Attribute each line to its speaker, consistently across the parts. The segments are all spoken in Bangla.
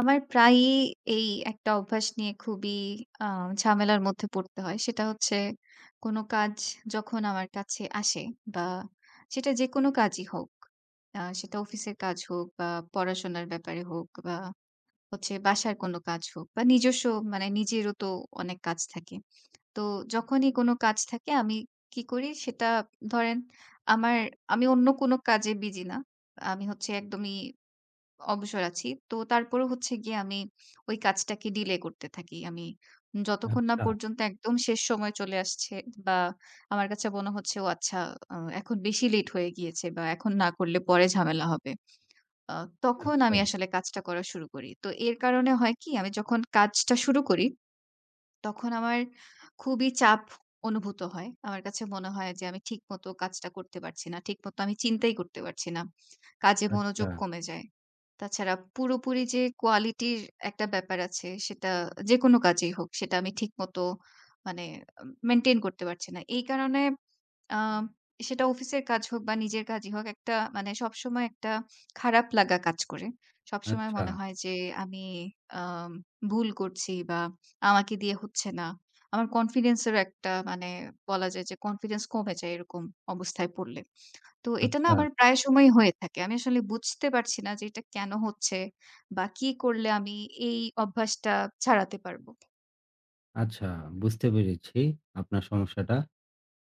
Speaker 1: আমার প্রায়ই এই একটা অভ্যাস নিয়ে খুবই আ ঝামেলার মধ্যে পড়তে হয়। সেটা হচ্ছে কোন কাজ যখন আমার কাছে আসে বা সেটা যেকোনো কাজই হোক। সেটা অফিসের কাজ হোক বা পড়াশোনার ব্যাপারে হোক বা হচ্ছে বাসার কোন কাজ হোক বা নিজস্ব মানে নিজেরও তো অনেক কাজ থাকে। তো যখনই কোন কাজ থাকে আমি কি করি সেটা ধরেন আমার আমি অন্য কোন কাজে বিজি না। আমি হচ্ছে একদমই অবসর আছি। তো তারপরেও হচ্ছে গিয়ে আমি ওই কাজটাকে ডিলে করতে থাকি। আমি যতক্ষণ না
Speaker 2: আচ্ছা,
Speaker 1: পর্যন্ত একদম শেষ সময় চলে আসছে বা আমার কাছে মনে হচ্ছে, "ও আচ্ছা আ এখন বেশি লেট হয়ে গিয়েছে বা এখন না করলে পরে ঝামেলা হবে।" আ তখন
Speaker 2: আচ্ছা,
Speaker 1: আমি আসলে কাজটা করা শুরু করি। তো এর কারণে হয় কি? আমি যখন কাজটা শুরু করি তখন আমার খুবই চাপ অনুভূত হয়। আমার কাছে মনে হয় যে আমি ঠিকমতো কাজটা করতে পারছি না। ঠিকমতো আমি চিন্তাই করতে পারছি না। কাজে
Speaker 2: আচ্ছা,
Speaker 1: মনোযোগ কমে যায়। তাছাড়া পুরোপুরি যে কোয়ালিটির একটা ব্যাপার আছে সেটা যেকোনো কাজেই হোক সেটা আমি ঠিকমতো মানে মেইনটেইন করতে পারছি না। এই কারণে আম সেটা অফিসের কাজ হোক বা নিজের কাজই হোক, একটা মানে সবসময় একটা খারাপ লাগা কাজ করে। সবসময়
Speaker 2: আচ্ছা,
Speaker 1: মনে হয় যে আমি আম ভুল করছি বা আমাকে দিয়ে হচ্ছে না। আমার কনফিডেন্স এরও একটা মানে বলা যায় যে কনফিডেন্স কমে যায় এরকম অবস্থায় পড়লে। তো এটা না
Speaker 2: আচ্ছা,
Speaker 1: আমার প্রায় সময়ই হয়ে থাকে। আমি আসলে বুঝতে পারছি না যে এটা কেন হচ্ছে বা কি করলে আমি এই অভ্যাসটা ছাড়াতে পারবো?
Speaker 2: আচ্ছা। বুঝতে পেরেছি আপনার সমস্যাটা।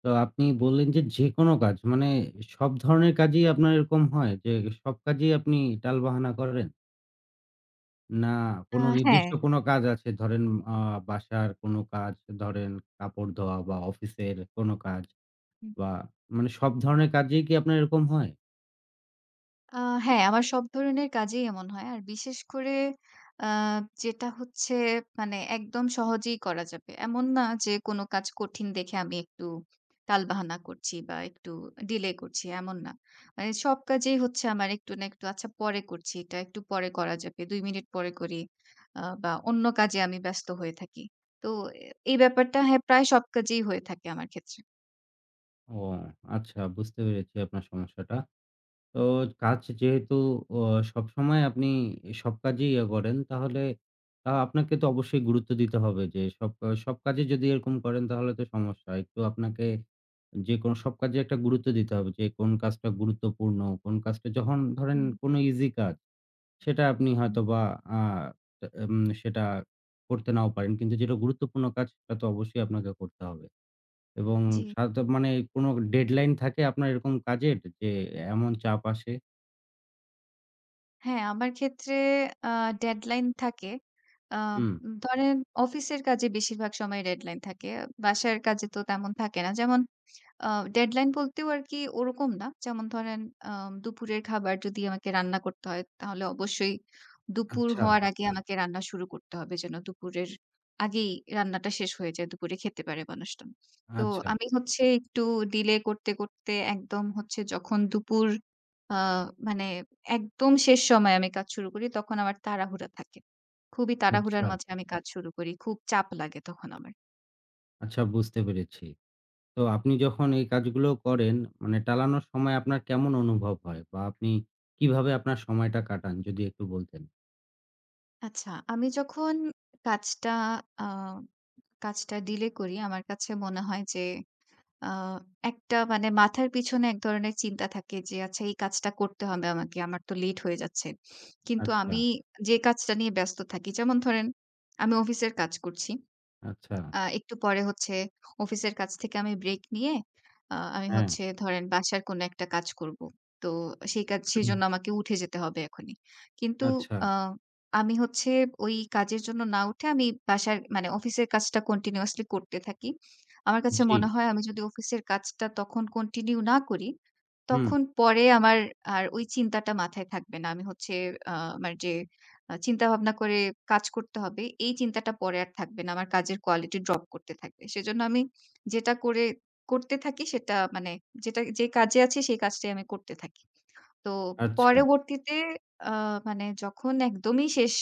Speaker 2: তো আপনি বললেন যে যেকোনো কাজ মানে সব ধরনের কাজই আপনার এরকম হয় যে সব কাজেই আপনি টালবাহানা করেন? না
Speaker 1: আ
Speaker 2: কোনো
Speaker 1: হ্যাঁ।
Speaker 2: নির্দিষ্ট কোনো কাজ আছে ধরেন আ বাসার কোনো কাজ, ধরেন কাপড় ধোয়া বা অফিসের কোনো কাজ বা মানে সব ধরনের কাজেই কি আপনার এরকম হয়?
Speaker 1: আ হ্যাঁ, আমার সব ধরনের কাজেই এমন হয়। আর বিশেষ করে আ যেটা হচ্ছে মানে একদম সহজেই করা যাবে। এমন না যে কোনো কাজ কঠিন দেখে আমি একটু টালবাহানা করছি বা একটু ডিলে করছি, এমন না। মানে সব কাজেই হচ্ছে আমার একটু না একটু আচ্ছা পরে করছি, এটা একটু পরে করা যাবে। ২ মিনিট পরে করি বা অন্য কাজে আমি ব্যস্ত হয়ে থাকি। তো এ এই ব্যাপারটা হ্যাঁ, প্রায় সব কাজেই হয়ে থাকে আমার ক্ষেত্রে।
Speaker 2: ও আচ্ছা, বুঝতে পেরেছি আপনার সমস্যাটা। তো কাজ যেহেতু অ সবসময় আপনি সব কাজেই ইয়ে করেন, তাহলে আপনাকে তো অবশ্যই গুরুত্ব দিতে হবে যে সব সব কাজে যদি এরকম করেন তাহলে তো সমস্যা। একটু আপনাকে যেকোনো সব কাজে একটা গুরুত্ব দিতে হবে যে কোন কাজটা গুরুত্বপূর্ণ, কোন কাজটা যখন ধরেন
Speaker 1: হুম,
Speaker 2: কোনো ইজি কাজ সেটা আপনি
Speaker 1: হুম।
Speaker 2: হয়তোবা আ তা এম সেটা করতে নাও পারেন। কিন্তু যেটা গুরুত্বপূর্ণ কাজ সেটা তো অবশ্যই আপনাকে করতে হবে। এবং
Speaker 1: জি।
Speaker 2: সাধারণত মানে কোনো ডেডলাইন থাকে আপনার এরকম কাজের যে এমন চাপ আসে?
Speaker 1: হ্যাঁ, আমার ক্ষেত্রে আ ডেডলাইন থাকে। আ
Speaker 2: হুম।
Speaker 1: ধরেন অফিসের কাজে বেশিরভাগ সময় ডেডলাইন থাকে। বাসার কাজে তো তেমন থাকে না। যেমন আ ডেডলাইন বলতেও আরকি ওরকম না। যেমন ধরেন দুপুরের খাবার যদি আমাকে রান্না করতে হয়, তাহলে অবশ্যই দুপুর
Speaker 2: আচ্ছা,
Speaker 1: হওয়ার আগে আমাকে রান্না শুরু করতে হবে যেন দুপুরের আগেই রান্নাটা শেষ হয়ে যায়। দুপুরে খেতে পারে মানুষজন। তো
Speaker 2: আচ্ছা,
Speaker 1: আমি হচ্ছে একটু ডিলে করতে, করতে একদম হচ্ছে যখন দুপুর আ মানে একদম শেষ সময়ে আমি কাজ শুরু করি তখন আমার তাড়াহুড়া থাকে। খুবই তাড়াহুড়ার
Speaker 2: আচ্ছা,
Speaker 1: মাঝে আমি কাজ শুরু করি। খুব চাপ লাগে তখন আমার।
Speaker 2: আচ্ছা, বুঝতে পেরেছি। তো আপনি যখন এই কাজগুলো করেন মানে টালানোর সময় আপনার কেমন অনুভব হয়? বা আপনি কিভাবে আপনার সময়টা কাটান যদি একটু বলতেন?
Speaker 1: আচ্ছা, আমি যখন কাজটা আ কাজটা ডিলে করি, আমার কাছে মনে হয় যে আ একটা মানে মাথার পিছনে এক ধরনের চিন্তা থাকে যে, "আচ্ছা এই কাজটা করতে হবে আমাকে। আমার তো লেট হয়ে যাচ্ছে।" কিন্তু
Speaker 2: আচ্ছা,
Speaker 1: আমি যে কাজটা নিয়ে ব্যস্ত থাকি, যেমন ধরেন আমি অফিসের কাজ করছি।
Speaker 2: আচ্ছা,
Speaker 1: একটু পরে হচ্ছে অফিসের কাছ থেকে আমি ব্রেক নিয়ে আমি
Speaker 2: হ্যাঁ,
Speaker 1: হচ্ছে ধরেন বাসার কোনো একটা কাজ করব। তো সেই কাজ সেজন্য আমাকে উঠে যেতে হবে এখনই। কিন্তু
Speaker 2: আচ্ছা,
Speaker 1: আ আমি হচ্ছে ওই কাজের জন্য না উঠে আমি বাসার মানে অফিসের কাজটা কন্টিনিউয়াসলি করতে থাকি। আমার কাছে
Speaker 2: জি,
Speaker 1: মনে হয় আমি যদি অফিসের কাজটা তখন কন্টিনিউ না করি,
Speaker 2: হুম,
Speaker 1: তখন পরে আমার আর ওই চিন্তাটা মাথায় থাকবে না। আমি হচ্ছে আ আমার যে চিন্তাভাবনা করে কাজ করতে হবে। এই চিন্তাটা পরে আর থাকবে না। আমার কাজের কোয়ালিটি ড্রপ করতে থাকবে। সেজন্য আমি যেটা করে করতে থাকি সেটা মানে যেটা যে কাজে আছি সেই কাজটাই আমি করতে থাকি। তো
Speaker 2: আচ্ছা,
Speaker 1: পরবর্তীতে আ মানে যখন একদমই শেষ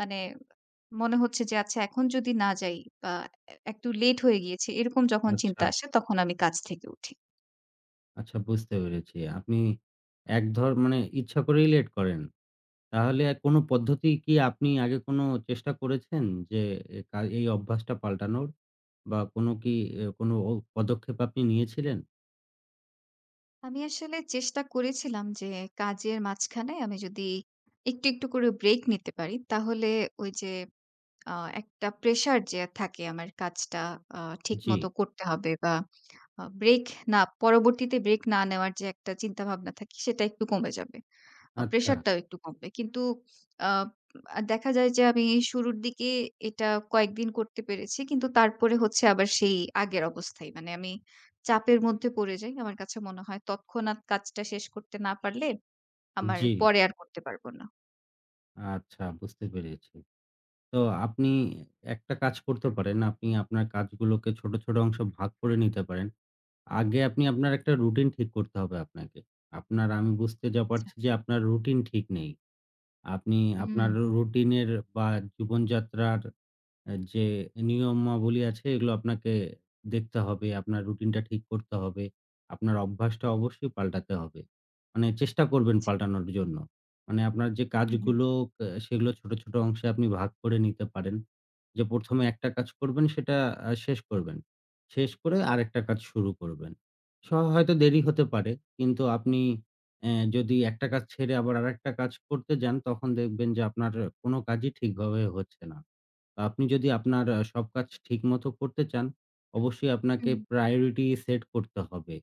Speaker 1: মানে মনে হচ্ছে যে আচ্ছা এখন যদি না যাই বা একটু লেট হয়ে গিয়েছে এরকম যখন
Speaker 2: আচ্ছা,
Speaker 1: চিন্তা আসে তখন আমি কাজ থেকে উঠি।
Speaker 2: আচ্ছা, বুঝতে পেরেছি। আপনি এক ধর মানে ইচ্ছা করেই লেট করেন। তাহলে কোনো পদ্ধতি কি আপনি আগে কোনো চেষ্টা করেছেন যে এ কা এই অভ্যাসটা পাল্টানোর? বা কোনো কি কোনো পদক্ষেপ আপনি নিয়েছিলেন?
Speaker 1: আমি আসলে চেষ্টা করেছিলাম যে কাজের মাঝখানে আমি যদি একটু, একটু করে ব্রেক নিতে পারি তাহলে ওই যে আ একটা প্রেশার যে থাকে আমার কাজটা আ
Speaker 2: জি,
Speaker 1: ঠিকমতো করতে হবে বা আ ব্রেক না পরবর্তীতে ব্রেক না নেওয়ার যে একটা চিন্তাভাবনা থাকে সেটা একটু কমে যাবে।
Speaker 2: আচ্ছা।
Speaker 1: প্রেশারটাও একটু কমবে। কিন্তু আ আ দেখা যায় যে আমি শুরুর দিকে এটা কয়েকদিন করতে পেরেছি। কিন্তু তারপরে হচ্ছে আবার সেই আগের অবস্থাই। মানে আমি চাপের মধ্যে পড়ে যাই। আমার কাছে মনে হয় তৎক্ষণাৎ কাজটা শেষ করতে না পারলে আমার
Speaker 2: জি,
Speaker 1: পরে আর করতে পারব না।
Speaker 2: আচ্ছা, বুঝতে পেরেছি। তো আপনি একটা কাজ করতে পারেন। আপনি আপনার কাজগুলোকে ছোট, ছোট অংশে ভাগ করে নিতে পারেন। আগে আপনি আপনার একটা রুটিন ঠিক করতে হবে আপনাকে। আপনার আমি বুঝতে যা
Speaker 1: আচ্ছা।
Speaker 2: পারছি যে আপনার রুটিন ঠিক নেই। আপনি
Speaker 1: হুম,
Speaker 2: আপনার রুটিনের বা জীবনযাত্রার যে নিয়মাবলী আছে এগুলো আপনাকে দেখতে হবে। আপনার রুটিনটা ঠিক করতে হবে। আপনার অভ্যাসটা অবশ্যই পাল্টাতে হবে। মানে চেষ্টা করবেন
Speaker 1: আচ্ছা।
Speaker 2: পাল্টানোর জন্য। মানে আপনার যে
Speaker 1: হুম, হুম,
Speaker 2: কাজগুলো সেগুলো ছোট, ছোট অংশে আপনি ভাগ করে নিতে পারেন। যে ১ম একটা কাজ করবেন সেটা শেষ করবেন। শেষ করে আরেকটা কাজ শুরু করবেন। স হয়তো দেরি হতে পারে। কিন্তু আপনি যদি একটা কাজ ছেড়ে আবার আরেকটা কাজ করতে যান তখন দেখবেন যে আপনার কোনো কাজই ঠিকভাবে হচ্ছে না। আপনি যদি আপনার সব কাজ ঠিকমতো করতে চান, অবশ্যই আপনাকে
Speaker 1: হুম,
Speaker 2: priority সেট করতে হবে।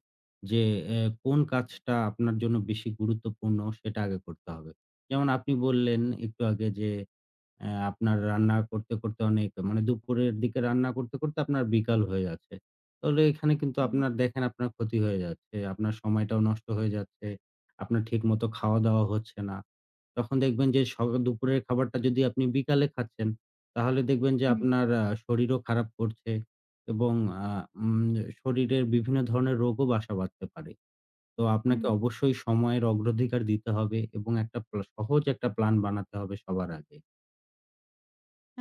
Speaker 2: যে এ কোন কাজটা আপনার জন্য বেশি গুরুত্বপূর্ণ সেটা আগে করতে হবে। যেমন আপনি বললেন একটু আগে যে আপনার রান্না করতে, করতে অনেক মানে দুপুরের দিকে রান্না করতে, করতে আপনার বিকাল হয়ে যাচ্ছে। তাহলে এখানে কিন্তু আপনার দেখেন আপনার ক্ষতি হয়ে যাচ্ছে। আপনার সময়টাও নষ্ট হয়ে যাচ্ছে। আপনার ঠিকমতো খাওয়া-দাওয়া হচ্ছে না। তখন দেখবেন যে দুপুরের খাবারটা যদি আপনি বিকালে খাচ্ছেন, তাহলে দেখবেন যে
Speaker 1: হুম,
Speaker 2: আপনার শরীরও খারাপ করছে এবং আ উম শরীরের বিভিন্ন ধরনের রোগও বাসা বাঁধতে পারে। তো
Speaker 1: হুম।
Speaker 2: আপনাকে অবশ্যই সময়ের অগ্রাধিকার দিতে হবে এবং একটা সহজ একটা প্ল্যান বানাতে হবে সবার আগে।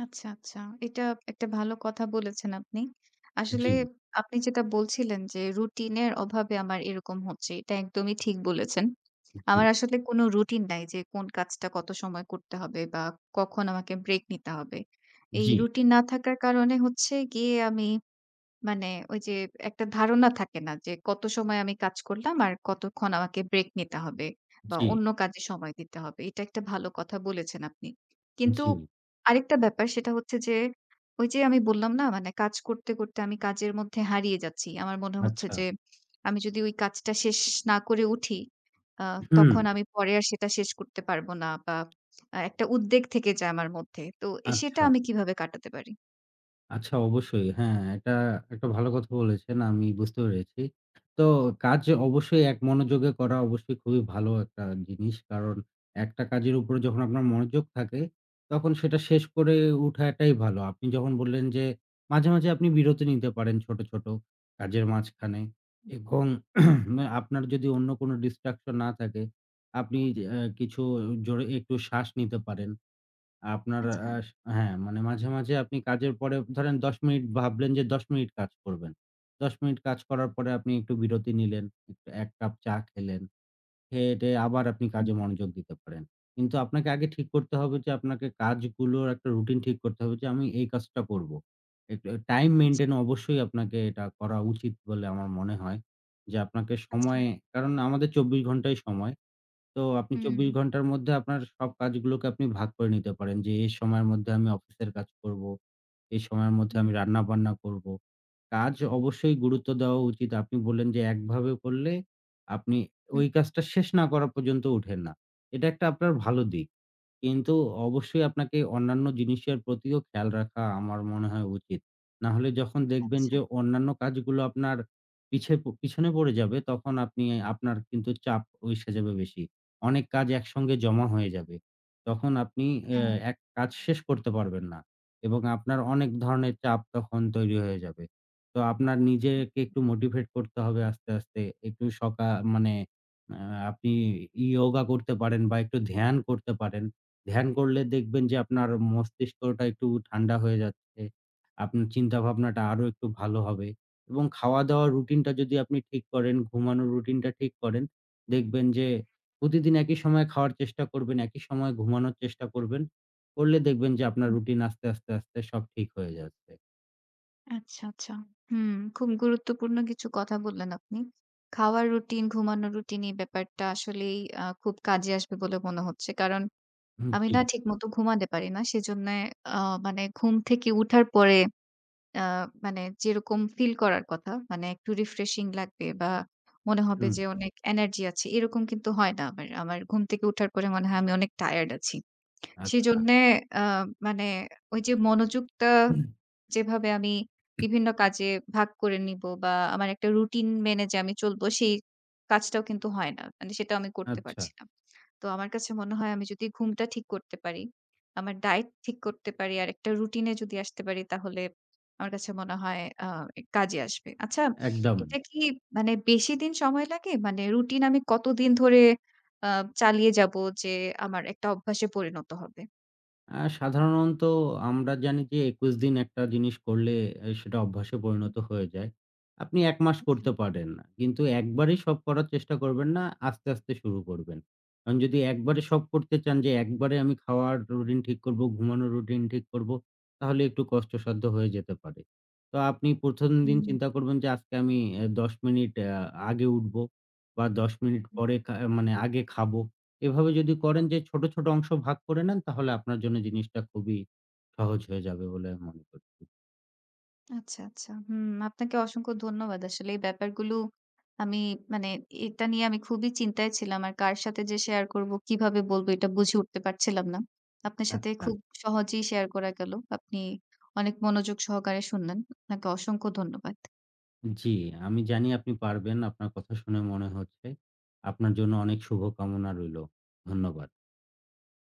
Speaker 1: আচ্ছা, আচ্ছা। এটা একটা ভালো কথা বলেছেন আপনি।
Speaker 2: জি।
Speaker 1: আসলে আপনি যেটা বলছিলেন যে রুটিনের অভাবে আমার এরকম হচ্ছে, এটা একদমই ঠিক বলেছেন।
Speaker 2: জি,
Speaker 1: আমার আসলে কোনো রুটিন নাই যে কোন কাজটা কত সময় করতে হবে বা কখন আমাকে ব্রেক নিতে হবে। এই
Speaker 2: জি,
Speaker 1: রুটিন না থাকার কারণে হচ্ছে গিয়ে আমি মানে ওই যে একটা ধারণা থাকে না যে কত সময় আমি কাজ করলাম আর কতক্ষণ আমাকে ব্রেক নিতে হবে বা
Speaker 2: জি,
Speaker 1: অন্য কাজে সময় দিতে হবে। এটা একটা ভালো কথা বলেছেন আপনি। কিন্তু
Speaker 2: জি,
Speaker 1: আরেকটা ব্যাপার সেটা হচ্ছে যে ওই যে আমি বললাম না মানে কাজ করতে, করতে আমি কাজের মধ্যে হারিয়ে যাচ্ছি। আমার মনে হচ্ছে
Speaker 2: আচ্ছা।
Speaker 1: যে আমি যদি ওই কাজটা শেষ না করে উঠি আ
Speaker 2: হুম,
Speaker 1: তখন আমি পরে আর সেটা শেষ করতে পারবো না বা একটা উদ্বেগ থেকে যায় আমার মধ্যে। তো সেটা
Speaker 2: আচ্ছা।
Speaker 1: আমি কিভাবে কাটাতে পারি?
Speaker 2: আচ্ছা, অবশ্যই। হ্যাঁ, এটা একটা ভালো কথা বলেছেন। আমি বুঝতে পেরেছি। তো কাজ অবশ্যই এক মনোযোগে করা অবশ্যই খুবই ভালো একটা জিনিস। কারণ একটা কাজের উপরে যখন আপনার মনোযোগ থাকে, তখন সেটা শেষ করে উঠাটাই ভালো। আপনি যখন বললেন যে মাঝে, মাঝে আপনি বিরতি নিতে পারেন ছোট, ছোট কাজের মাঝখানে এবং আপনার যদি অন্য কোনো ডিস্ট্রাকশন না থাকে, আপনি যে কিছু জোরে একটু শ্বাস নিতে পারেন। আপনার
Speaker 1: আচ্ছা,
Speaker 2: আ স হ্যাঁ, মানে মাঝে, মাঝে আপনি কাজের পরে ধরেন ১০ মিনিট ভাবলেন যে ১০ মিনিট কাজ করবেন। ১০ মিনিট কাজ করার পরে আপনি একটু বিরতি নিলেন, একটু ১ কাপ চা খেলেন। খেয়ে-টেয়ে আবার আপনি
Speaker 1: হুম,
Speaker 2: কাজে মনোযোগ দিতে পারেন। কিন্তু আপনাকে আগে ঠিক করতে হবে যে আপনাকে কাজগুলোর একটা রুটিন ঠিক করতে হবে যে আমি এই কাজটা করব। একটু টাইম
Speaker 1: আচ্ছা,
Speaker 2: মেইনটেইন অবশ্যই আপনাকে এটা করা উচিত বলে আমার মনে হয়। যে আপনাকে
Speaker 1: আচ্ছা।
Speaker 2: সময়ে কারণ আমাদের ২৪ ঘন্টাই সময়। তো আপনি
Speaker 1: হুম,
Speaker 2: ২৪ ঘন্টার মধ্যে আপনার সব কাজগুলোকে আপনি ভাগ করে নিতে পারেন যে, এই সময়ের মধ্যে আমি অফিসের কাজ করব। এই সময়ের মধ্যে
Speaker 1: হুম,
Speaker 2: আমি রান্নাবান্না করব। কাজ অবশ্যই গুরুত্ব দেওয়া উচিত। আপনি বললেন যে একভাবে করলে আপনি
Speaker 1: হুম।
Speaker 2: ওই কাজটা শেষ না করা পর্যন্ত ওঠেন না। এটা একটা আপনার ভালো দিক। কিন্তু অবশ্যই আপনাকে অন্যান্য জিনিসের প্রতিও খেয়াল রাখা আমার মনে হয় উচিত। না হলে যখন দেখবেন
Speaker 1: আচ্ছা।
Speaker 2: যে অন্যান্য কাজগুলো আপনার পিছে প পিছনে পড়ে যাবে তখন আপনার কিন্তু চাপ এসে যাবে বেশি। অনেক কাজ একসঙ্গে জমা হয়ে যাবে। তখন আপনি
Speaker 1: হ্যাঁ,
Speaker 2: এক কাজ শেষ করতে পারবেন না এবং আপনার অনেক ধরনের চাপ তখন তৈরি হয়ে যাবে। তো আপনার
Speaker 1: হুম,
Speaker 2: নিজেকে একটু মোটিভেট করতে হবে আস্তে, আস্তে। একটু সকা মানে আ আপনি ইয়োগা করতে পারেন বা একটু ধ্যান করতে পারেন। ধ্যান করলে দেখবেন যে আপনার মস্তিষ্কটা একটু ঠান্ডা হয়ে যাচ্ছে। আপনার চিন্তাভাবনাটা আরো একটু ভালো হবে এবং খাওয়া-দাওয়ার রুটিনটা যদি আপনি ঠিক করেন, ঘুমানোর রুটিনটা ঠিক করেন, দেখবেন যে প্রতিদিন একই সময়ে খাওয়ার চেষ্টা করবেন, একই সময়ে ঘুমানোর চেষ্টা করবেন। করলে দেখবেন যে আপনার
Speaker 1: হুম।
Speaker 2: রুটিন আস্তে, আস্তে, আস্তে সব ঠিক হয়ে যাচ্ছে।
Speaker 1: আচ্ছা, আচ্ছা। হুম, খুব গুরুত্বপূর্ণ কিছু কথা বললেন আপনি। খাওয়ার রুটিন, ঘুমানোর রুটিন এই ব্যাপারটা আসলেই খুব কাজে আসবে বলে মনে হচ্ছে। কারণ
Speaker 2: হুম,
Speaker 1: আমি
Speaker 2: জি,
Speaker 1: না ঠিকমতো ঘুমাতে পারি না। সেজন্যে আ মানে ঘুম থেকে উঠার পরে আ মানে যেরকম ফিল করার কথা মানে একটু রিফ্রেশিং লাগবে বা মনে হবে
Speaker 2: হুম,
Speaker 1: যে অনেক এনার্জি আছে এরকম কিন্তু হয় না আমার। আমার ঘুম থেকে উঠার পরে মনে হয় আমি অনেক টায়ার্ড আছি।
Speaker 2: আচ্ছা,
Speaker 1: সেজন্যে আ মানে ওই যে মনোযোগটা
Speaker 2: হুম,
Speaker 1: যেভাবে আমি বিভিন্ন কাজে ভাগ করে নিব বা আমার একটা রুটিন মেনে যে আমি চলবো, সেই কাজটাও কিন্তু হয় না। মানে সেটাও আমি করতে
Speaker 2: আচ্ছা,
Speaker 1: পারছি না। তো আমার কাছে মনে হয় আমি যদি ঘুমটা ঠিক করতে পারি, আমার ডায়েট ঠিক করতে পারি, আর একটা রুটিনে যদি আসতে পারি তাহলে আমার কাছে মনে হয় কাজে আসবে। আচ্ছা
Speaker 2: একদম।
Speaker 1: এটা কি মানে বেশি দিন সময় লাগে? মানে রুটিন আমি কতদিন ধরে আ চালিয়ে যাবো যে আমার একটা অভ্যাসে পরিণত হবে?
Speaker 2: সাধারণত আমরা জানি যে ২১ দিন একটা জিনিস করলে সেটা অভ্যাসে পরিণত হয়ে যায়। আপনি ১ মাস
Speaker 1: আচ্ছা,
Speaker 2: করতে পারেন। না, কিন্তু একবারেই সব করার চেষ্টা করবেন না। আস্তে, আস্তে শুরু করবেন। কারণ যদি একবারে
Speaker 1: আচ্ছা।
Speaker 2: সব করতে চান যে একবারে আমি খাওয়ার রুটিন ঠিক করব, ঘুমানোর রুটিন ঠিক করব, তাহলে একটু কষ্টসাধ্য হয়ে যেতে পারে। তো আপনি ১ম দিন
Speaker 1: হুম,
Speaker 2: চিন্তা করবেন যে আজকে আমি ১০ মিনিট আ আগে উঠবো বা ১০ মিনিট
Speaker 1: হুম।
Speaker 2: পরে মানে আগে খাবো। এভাবে যদি করেন যে ছোট, ছোট অংশ ভাগ করে নেন তাহলে আপনার জন্য জিনিসটা খুবই সহজ হয়ে যাবে বলে আমি মনে করছি।
Speaker 1: আচ্ছা, আচ্ছা। হুম, আপনাকে অসংখ্য ধন্যবাদ। আসলে এই ব্যাপারগুলো আমি মানে এটা নিয়ে আমি খুবই চিন্তায় ছিলাম। আর কার সাথে যে শেয়ার করব, কিভাবে বলব এটা বুঝে উঠতে পারছিলাম না। আপনার সাথে
Speaker 2: আচ্ছা।
Speaker 1: খুব সহজেই শেয়ার করা গেল। আপনি অনেক মনোযোগ সহকারে শুনলেন। আপনাকে অসংখ্য ধন্যবাদ।
Speaker 2: জি, আমি জানি আপনি পারবেন। আপনার কথা শুনে মনে হচ্ছে। আপনার জন্য অনেক শুভকামনা রইলো। ধন্যবাদ।